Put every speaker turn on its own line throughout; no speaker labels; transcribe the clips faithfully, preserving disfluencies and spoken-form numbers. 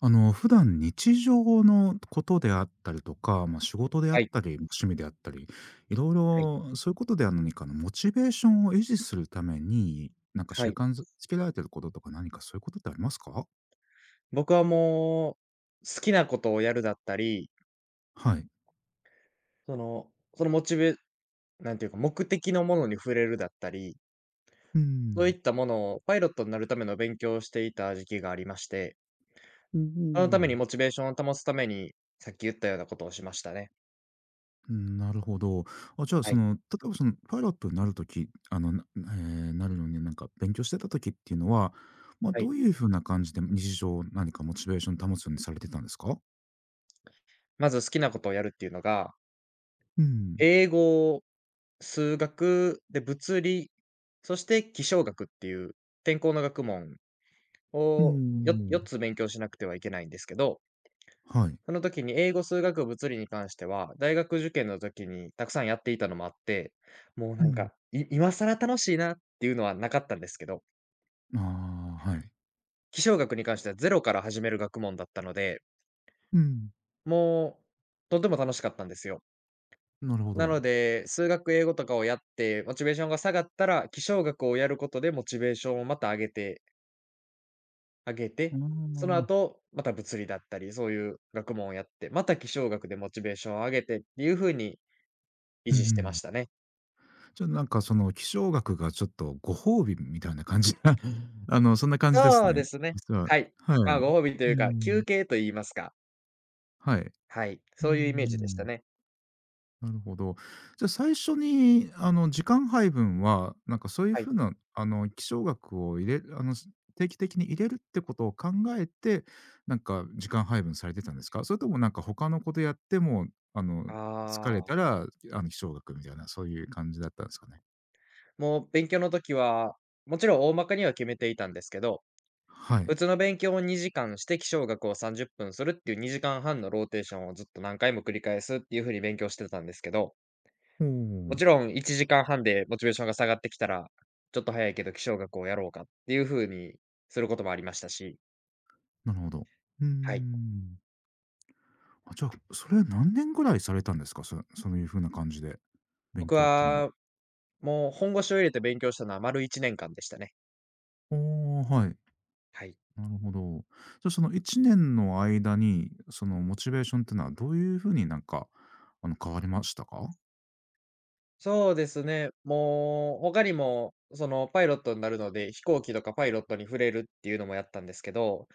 あの、普段日常のことであったりとか、まあ、仕事であっ
はい、
たり、趣味であったり、いろい
はい、
ろそういうことでは何かのモチベーションを維持するために、なんか
は
習
い。
慣づつけられてることとか、何かそういうことってありますか？
僕はもう、好きなことをやるだったり、
はい。
そのそのモチベなんていうか、目的のものに触れるだったり、
う
そう
ん。
いったものをパイロットになるための勉強をしていた時期がありまして、
お
そのため
お。
にモチベーションを保つために、さっき言ったようなことをしましたね。
うん、なるほど。あ、じゃあ、
は
そ
い、
の、例えば、その、パイロットになるとき、あの、なえーなるのに、なんか勉強してたときっていうのは、まあ、
は
ど
い。
ういうふうな感じで日常、何かモチベーション保つようにされてたんですか？
まず好きなことをやるっていうのが、
うん。
英語、数学、で、物理、そして気象学っていう、天候の学問
う
をよ
ん。
よっつ勉強しなくてはいけないんですけど、
はい。
その時に英語、数学、物理に関しては、大学受験の時にたくさんやっていたのもあって、もうな
う
ん
ん。
か、い今更楽しいなっていうのはなかったんですけど、
ああ、はい。
気象学に関してはゼロから始める学問だったので、
うん。
もうとても楽しかったんですよ。
なるほ
な
ど。
ので、数学、英語とかをやって、モチベーションが下がったら、気象学をやることでモチベーションをまた上げて、上げ
あ
て、その
あ。
後、また物理だったり、そういう学問をやって、また気象学でモチベーションを上げてっていう風に維
うん、う
持してまし
ん。
たね。
じゃ、あ、なんかその気象学がちょっとご褒美みたいな感じな あの、そんな感じです
そうで
ね。
すね。
実は、
はい。
は
まあ、
い。
ご褒美と
う
いうか、
ん。
休憩と言いますか。
はい。
はい、
う
そういうイメージでした
ん。
ね。
なるほど。じゃ、最初に、あの、時間配分は、なんか、そういう
は
風
い。
な、あの、気象学を入れるあの、す定期的に入れるってことを考えて、なんか、時間配分されてたんですか？それとも、なんか、他のことやっても、あの、疲
あ
れた
あ、
ら、あの、気象学みたいな、そういう感じだったんですかね？
もう勉強の時は、もちろん大まかには決めていたんですけど、
はい。
普通の勉強をにじかんして、気象学をさんじゅっぷんするっていうにじかんはんのローテーションをずっと何回も繰り返すっていう風に勉強してたんですけど、
お
も
お、
ちろんいちじかんはんでモチベーションが下がってきたら、ちょっと早いけど気象学をやろうかっていう風にすることもありましたし、
なるほど。うー
はい。
ん。あ、じゃあ、それ何年ぐらいされたんですか？そそういう風な感じで、勉
僕
強ってのは。
はもう本腰を入れて勉強したのは丸いちねんかんでしたね。
お、あ、はい。
はい。
なるほど。じゃ、そのいちねんの間に、そのモチベーションってのはどういう風になんか、あの、変わりましたか？
そうですね。もう、他にも、そのパイロットになるので、飛行機とかパイロットに触れるっていうのもやったんですけど、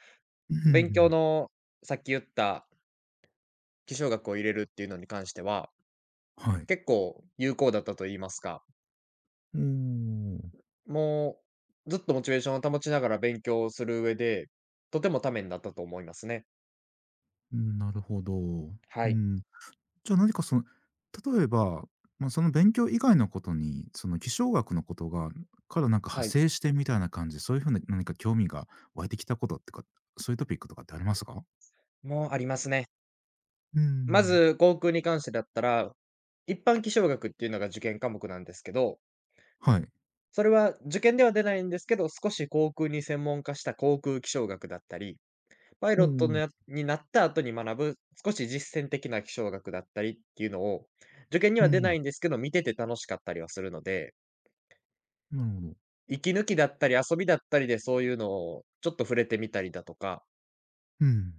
うん、うん、う
勉強
ん。
の、さっき言った気象学を入れるっていうのに関しては、
はい。
結構有効だったと言いますか、
おお、
もうずっとモチベーションを保ちながら勉強をする上で、とてもためになったと思いますね。
なるほど。
は
う
い。
ん。じゃあ何かその、例えば、まあ、その勉強以外のことに、その気象学のことがからなんか派
はい。
生してみたいな感じ、そういう風な何か興味が湧いてきたことってか、そういうトピックとかってありますか？
もうありますね。
う
ま
ん。
ず、航空に関してだったら、一般気象学っていうのが受験科目なんですけど、
はい。
それは受験では出ないんですけど、少し航空に専門化した航空気象学だったり、パイ
お
ロットの
お、
やになった後に学ぶ、少し実践的な気象学だったりっていうのを、受験に
う
は出な
ん、
いんですけど、見てて楽しかったりはするので、
なるほど。
息抜きだったり遊びだったりでそういうのをちょっと触れてみたりだとか、
うん。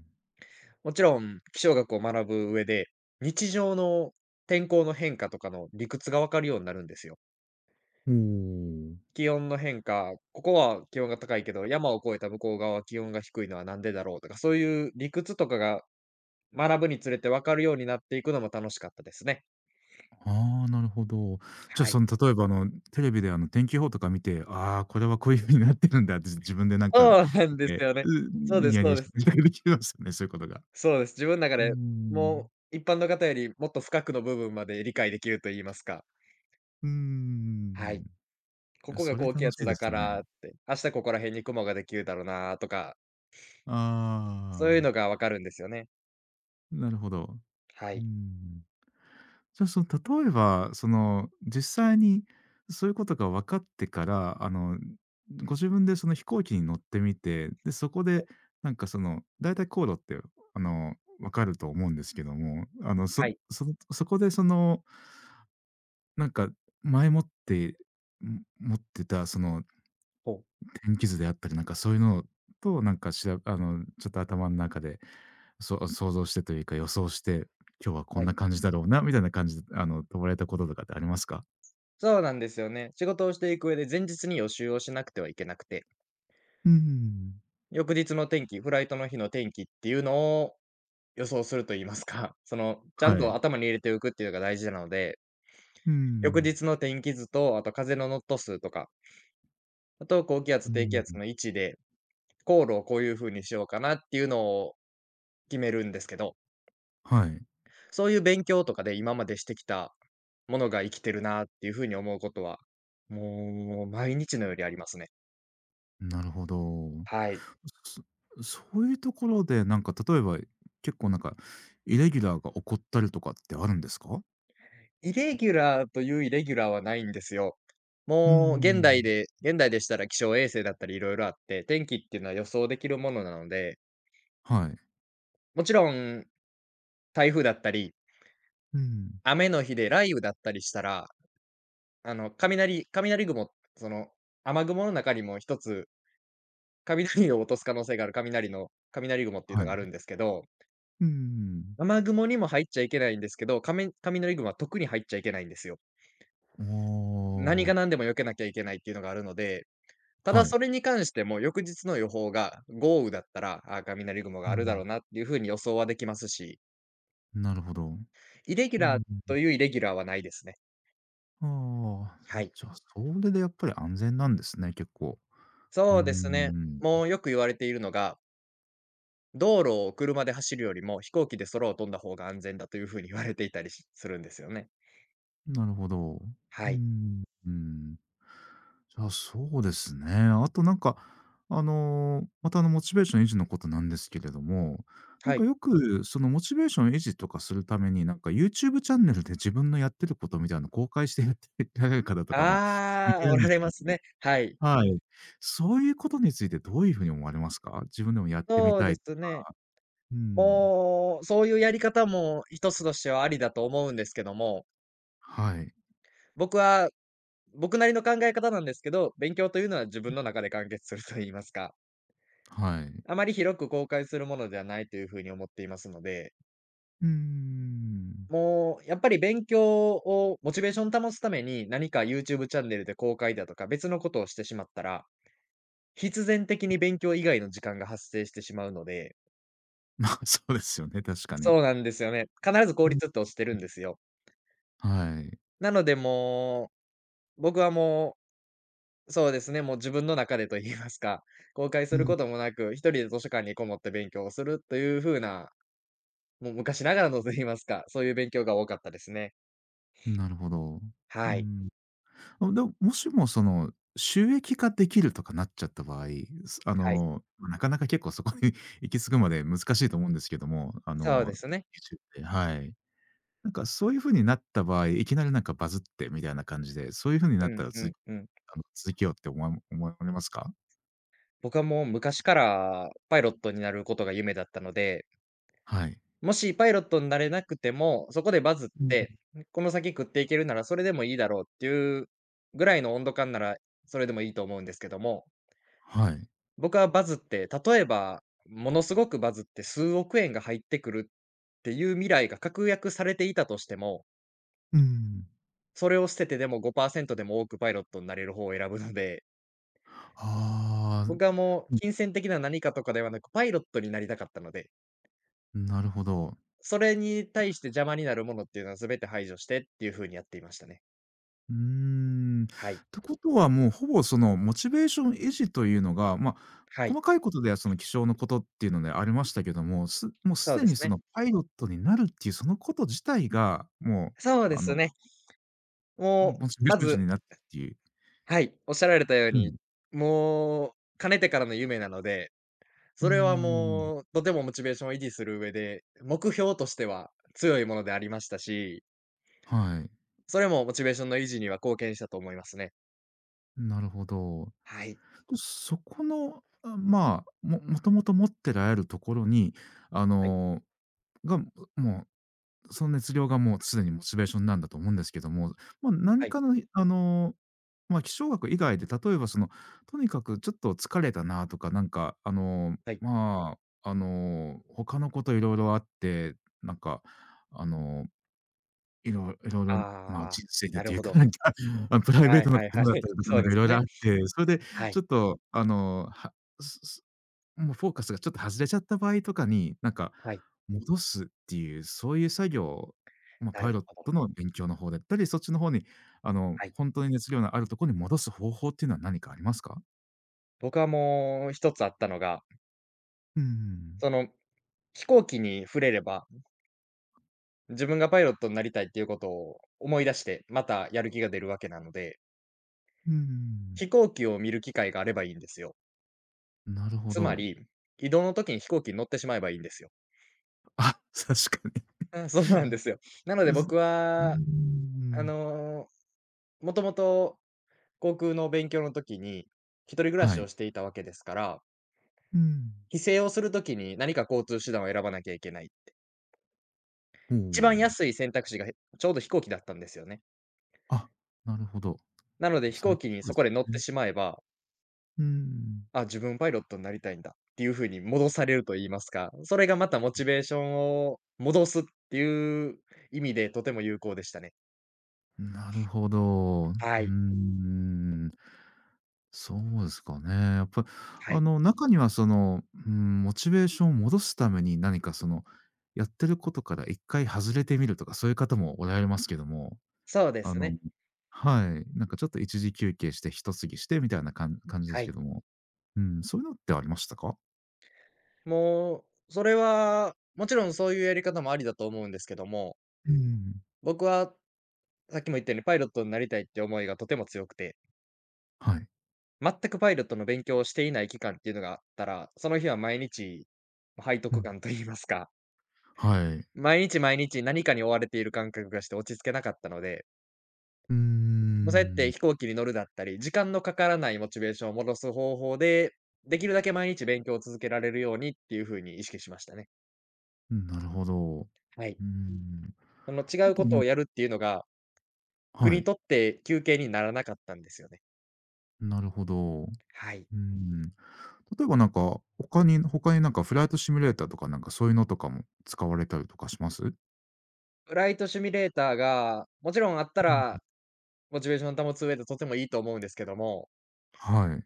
もちろん気象学を学ぶ上で、日常の天候の変化とかの理屈がわかるようになるんですよ。
おお。
気温の変化、ここは気温が高いけど、山を越えた向こう側は気温が低いのはなんでだろうとか、そういう理屈とかが学ぶにつれて分かるようになっていくのも楽しかったですね。
ああ、なるほど。じゃあ、
はい。
その、例えば、あの、テレビで、あの、天気予報とか見て、ああ、これはこういう風になってるんだって、自分でなんか見
そうなんです
て、
よね。
う
そう
ニ
です
ヤニ
そ
ヤ
う
し
です。
て できますよね、そういうことが。
そうです。自分の中
うー
で、も
ん。
う一般の方よりもっと深くの部分まで理解できると言いますか。
うー
は
ん。
い。
い
こ
や、
こが
それ
高気
楽し
圧
いで
だか
すね。
らって、明日ここら辺に雲ができるだろうなとか、そういう
ああ、
のが分かるんですよね。
なるほど。
は
うー
い。
ん。じゃあ、その、例えば、その、実際にそういうことが分かってから、あの、ご自分でその飛行機に乗ってみて、で、そこで、なんか、その、だいたい航路って、あの、分かると思うんですけども、あの、そ
はい。
そのそこで、その、なんか、前もって、ん、持ってた、その、
ほう。
天気図であったり、なんか、そういうのと、なんか、しらあの、ちょっと頭の中で、そ想像してというか、予想して、今日はこ
は
ん
い。
な感じだろうなみたいな感じで、あの、飛ばれたこととかってありますか？
そうなんですよね。仕事をしていく上で前日に予習をしなくてはいけなくて、
うーん。
翌日の天気、フライトの日の天気っていうのを予想すると言いますか、その、ちゃん
は
と
い。
頭に入れておくっていうのが大事なので、
うー
翌
ん。
日の天気図と、あと風のノット数とか、あと高気
う
圧、低気
ー
圧
ん、
の位置で、航路をこういう風にしようかなっていうのを決めるんですけど、
はい、
そういう勉強とかで今までしてきたものが生きてるなっていう風に思うことは、もう毎日のようにありますね。
なるほど。
はい。
そそういうところで、なんか例えば、結構なんか、イレギュラーが起こったりとかってあるんですか？
イレギュラーというイレギュラーはないんですよ。
うー
もう現代
ん。
で現代でしたら気象衛星だったり色々あって、天気っていうのは予想できるものなので、
はい。
もちろん台風だったり、
うん。
雨の日で雷雨だったりしたら、あの、雷雷雲、その、雨雲の中にも一つ、雷を落とす可能性がある雷の雷雲っていう
は
のがあ
い。
るんですけど、
うーん。
雨雲にも入っちゃいけないんですけど、雷雷雲は特に入っちゃいけないんですよ。
あ
何が何でも避けなきゃいけないっていうのがあるので、た
あ、
だ
はい。
それに関しても、翌日の予報が豪雨だったら、あー雷雲が
う
あるだろ
ん。
うなっていう風に予想はできますし、
なるほど。
イレギュ
う
ラ
ん、
ーというイレギュラーはないですね。
うん。ああ、
はい。
じゃあ、それでやっぱり安全なんですね、結構。うー
そうですね。
ん。
もうよく言われているのが、道路を車で走るよりも飛行機で空を飛んだ方が安全だという風に言われていたりしするんですよね。
なるほど。う
はい。
ん、うん。じゃあ、そうですね。あとなんか、あの、またあの、モチベーション維持のことなんですけれども、なん
は
か
い。
よく、そのモチベーション維持とかするために、なんか YouTube チャンネルで自分のやってることみたいなの公開してやってられる方とかも見
あ
て
あ、
る
お
んで
ら
す
れ
け
ま
ど
す
も、
ね。はい。
はい。そういうことについてどういうふうに思われますか？自分でもやってみ
そう
た
で
い。
すね。
うん。
もう、そういうやり方も一つとしてはありだと思うんですけども、
はい、
僕は僕なりの考え方なんですけど、勉強というのは自分の中で完結すると言いますか、
はい。
あまり広く公開するものではないというふうに思っていますので、
うーん。
もうやっぱり勉強をモチベーション保つために何か YouTube チャンネルで公開だとか別のことをしてしまったら、必然的に勉強以外の時間が発生してしまうので、
まあ、そうですよね、確かに。
そうなんですよね。必ず効
うん。
率って落ちてるんですよ。
はい。
なのでもう、僕はもそうですね、もう自分の中でと言いますか、公開
う
する
ん、
こともなく、一人で図書館にこもって勉強をするという風な、もう昔ながらのと言いますか、そういう勉強が多かったですね。
なるほど。う
はい、
ん。あ、でも、もしもその、収益化できるとかなっちゃった場合、すあ
はい。
の、まなかなか結構そこに 行き着くまで難しいと思うんですけども、あ
そう
の、
ですね。
YouTube で、はい。なんかそういう風になった場合、いきなりなんかバズってみたいな感じで、そういう風に
う
なった
ん
ら
う
つ
んう
あ
ん。
の、続けようって思わ思われますか？
僕はもう昔からパイロットになることが夢だったので、
はい。
もしパイロットになれなくても、そこでバズっ
うん。
て、この先食っていけるならそれでもいいだろうっていうぐらいの温度感なら、それでもいいと思うんですけども、
はい。
僕はバズって、例えば、ものすごくバズって数億円が入ってくるっていう未来が確約されていたとしても、
うん。
それを捨ててでもごパーセントでも多くパイロットになれる方を選ぶので、
ああ、
僕はもう金銭的な何かとかではなく、パイロットになりたかったので、
なるほど。
それに対して邪魔になるものっていうのは全て排除してっていう風にやっていましたね。
うーん。っ
はい。
てことは、もうほぼそのモチベーション維持というのが、ま、
はい。
細かいことではその気象のことっていうのでありましたけども、すもうす
そう
で
で
に
す
そ
ね。
のパイロットになるっていうそのこと自体が、も
そ
う
うで
あ
す
の、
ね。も
モチベ
う、
ーシ
ま
ョン維持
ず
になってっていう。
はい、おっしゃられたよう
う
に、
ん。
もう、かねてからの夢なので、
うー
それは
ん、
もう、とてもモチベーションを維持する上で、目標としては強いものでありましたし、
はい、
それもモチベーションの維持には貢献したと思いますね。
なるほど。
はい。
そこの、あ、まあ、ももともと持ってられるところに、あ
はい。
の、が、もうその熱量がもうすでにモチベーションなんだと思うんですけども、まあ、
は
何
い。
かのあの、まあ、気象学以外で例えばその、とにかくちょっと疲れたなとか、なんかあの、
はい。
まあ、あの、他のこといろいろあって、なんかあの、いろいろいろ、まあ、
ああ、
人生で
な
と
る
いう
ほ
か、
ど。
なんか、あの、プライベー
はい
トなこ
はい
と
はい。
だった りとか、
そ
な
う
ん
で
かい
す
ろいろあ
ね。
って、それで
はい。
ちょっとあの、はすもうフォーカスがちょっと外れちゃった場合とかに、なんか
はい。
戻すっていう、そういう作業を、まあ、
な
パ
る
イロッ
ほど。
トの勉強の方だったり、そっちの方にあの、
はい。
本当に熱量のあるところに戻す方法っていうのは何かありますか？
僕はもう一つあったのが、
うーん。
その、飛行機に触れれば、自分がパイロットになりたいっていうことを思い出して、またやる気が出るわけなので、
うーん。
飛行機を見る機会があればいいんですよ。
なるほ
つま
ど。
り、移動の時に飛行機に乗ってしまえばいいんですよ。
あ、確かに。
うん、そうなんですよ。なので
うす
僕
うー
は、あ
ん。
の、もともと航空の勉強の時に、一人暮ら
は
しを
い。
していたわけですから、
うん。
帰省をする時に何か交通手段を選ばなきゃいけないって。
お
一番
お。
安い選択肢が、へちょうど飛行機だったんですよね。
あ、なるほど。
なので飛
最
行
近
機に
そう
そ
で
こ
す
で乗って
ね。
しまえば、
うーん。
あ、自分パイロットになりたいんだっていう風に戻されると言いますか、それがまたモチベーションを戻すっていう意味でとても有効でしたね。
なるほど。うー
はい。
ん。そうですかね。やっぱり、
は
あ
い。
の、中にはその、うん、モチベーションを戻すために何かその、やってることから一回外れてみるとか、そういう方もおられますけども、
そうで
あ
す
の
ね。
はい、なんかちょっと一時休憩して一過ぎしてみたいなかん感じで
は
すけ
い。
ども、うん、そういうのってありましたか？
もう、それは、もちろんそういうやり方もありだと思うんですけども、
うん、
僕はさっきも言ったようにパイロットになりたいって思いがとても強くて、
はい。
全くパイロットの勉強をしていない期間っていうのがあったら、その日は毎日、背
う
徳
ん、
感と言いますか、
はい。
毎日毎日何かに追われている感覚がして落ち着けなかったので、
うー
もうそうやって飛行機に乗るだったり、時間のかからないモチベーションを戻す方法で、できるだけ毎日勉強を続けられるようにっていう風に意識しましたね。
ん、なるほど。う
はい。
ーん。
その
あ
違う
と
こと
なん
をやるっていうのが、僕
は
に
い、
とって休憩にならなかったんですよね。
なるほど。う
はい。
ーん。例えばなんか、他に他になんかフライトシミュレーターとかなんかそういうのとかも使われたりとかします？
フライトシミュレーターが、もちろんあった
うん。
ら、モチベーション保つ上でとてもいいと思うんですけども、
はい。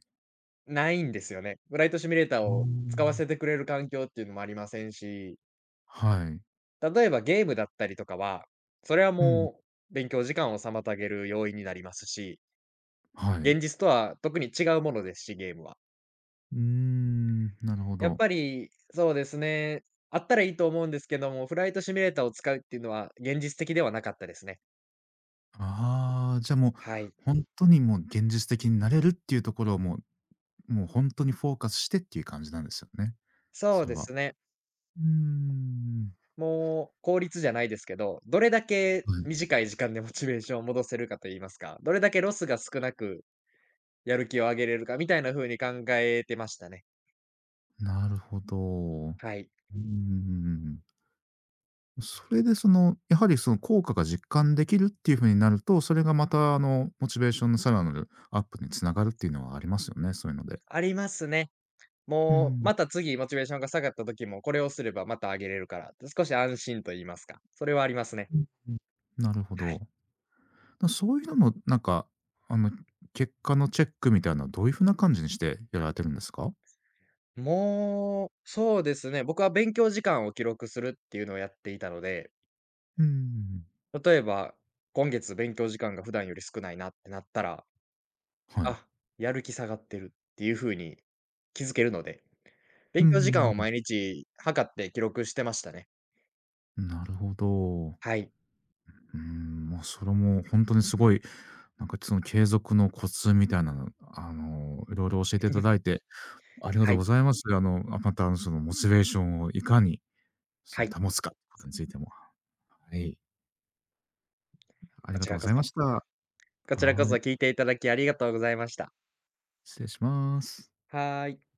ないんですよね。フライトシミュレーター
あ
を使わせ
あ。
てくれる環境っていうのもありませんし、
はい。
例えばゲームだったりとかは、それは
うん。
もう勉強時間を妨げる要因になりますし、
はい。
現実とは特に違うものですし、ゲームは。
うーん、なるほ
やっ
ど。
ぱり、そうですね。あったらいいと思うんですけども、フライトシミュレーターを使うっていうのは現実的ではなかったですね。
ああ、じゃあもう、
はい。
ほんとにもう現実的になれるっていうところをもうもうほんとにフォーカスしてっていう感じなんですよね、
そ
そ
う
れ
で
は。
すね。
うーん。
もう効率じゃないですけど、どれだけ
はい。
短い時間でモチベーションを戻せるかと言いますか、どれだけロスが少なくやる気を上げれるかみたいな風に考えてましたね。
なるほど。
はい。
うーうん、それでその、やはりその効果が実感できるっていう風になると、それがまたあの、モチベーションのさらなるアップに繋がるっていうのはありますよね、そういうので。
ありますね。
う
もう、
ん。
また次モチベーションが下がった時も、これをすればまた上げれるから、少し安心と言いますか、それはありますね。
なるほ
はい。
ど。だ、そういうのもなんか、あの、結果のチェックみたいなどういう風な感じにしてやられてるんですか？
もう、そうですね、僕は勉強時間を記録するっていうのをやっていたので、
うん。
例えば、今月勉強時間が普段より少ないなってなったら、
はい。
あ、やる気下がってるっていう風に気づけるので、
う
勉
ん、
強時
う
間を
ん、
毎日測って記録してましたね。
うん。なるほど。
はい。
うーん、ま、それもほんとにすごい、なんかその継続のコツみたいなの、あの、色々教えていただいてありが
は
とう
い。
ございます。あの、あ、また、あの、その、モチベーションをいかに、そ
は
の、
い。
保つかってことについても、はい、あり
こ
が
ち
とう
ら
ご
こ
ざい
そ。
ました。
こちらこ
は
そ
い、
聞いていただきありがとうございました。
失礼します。
はーい。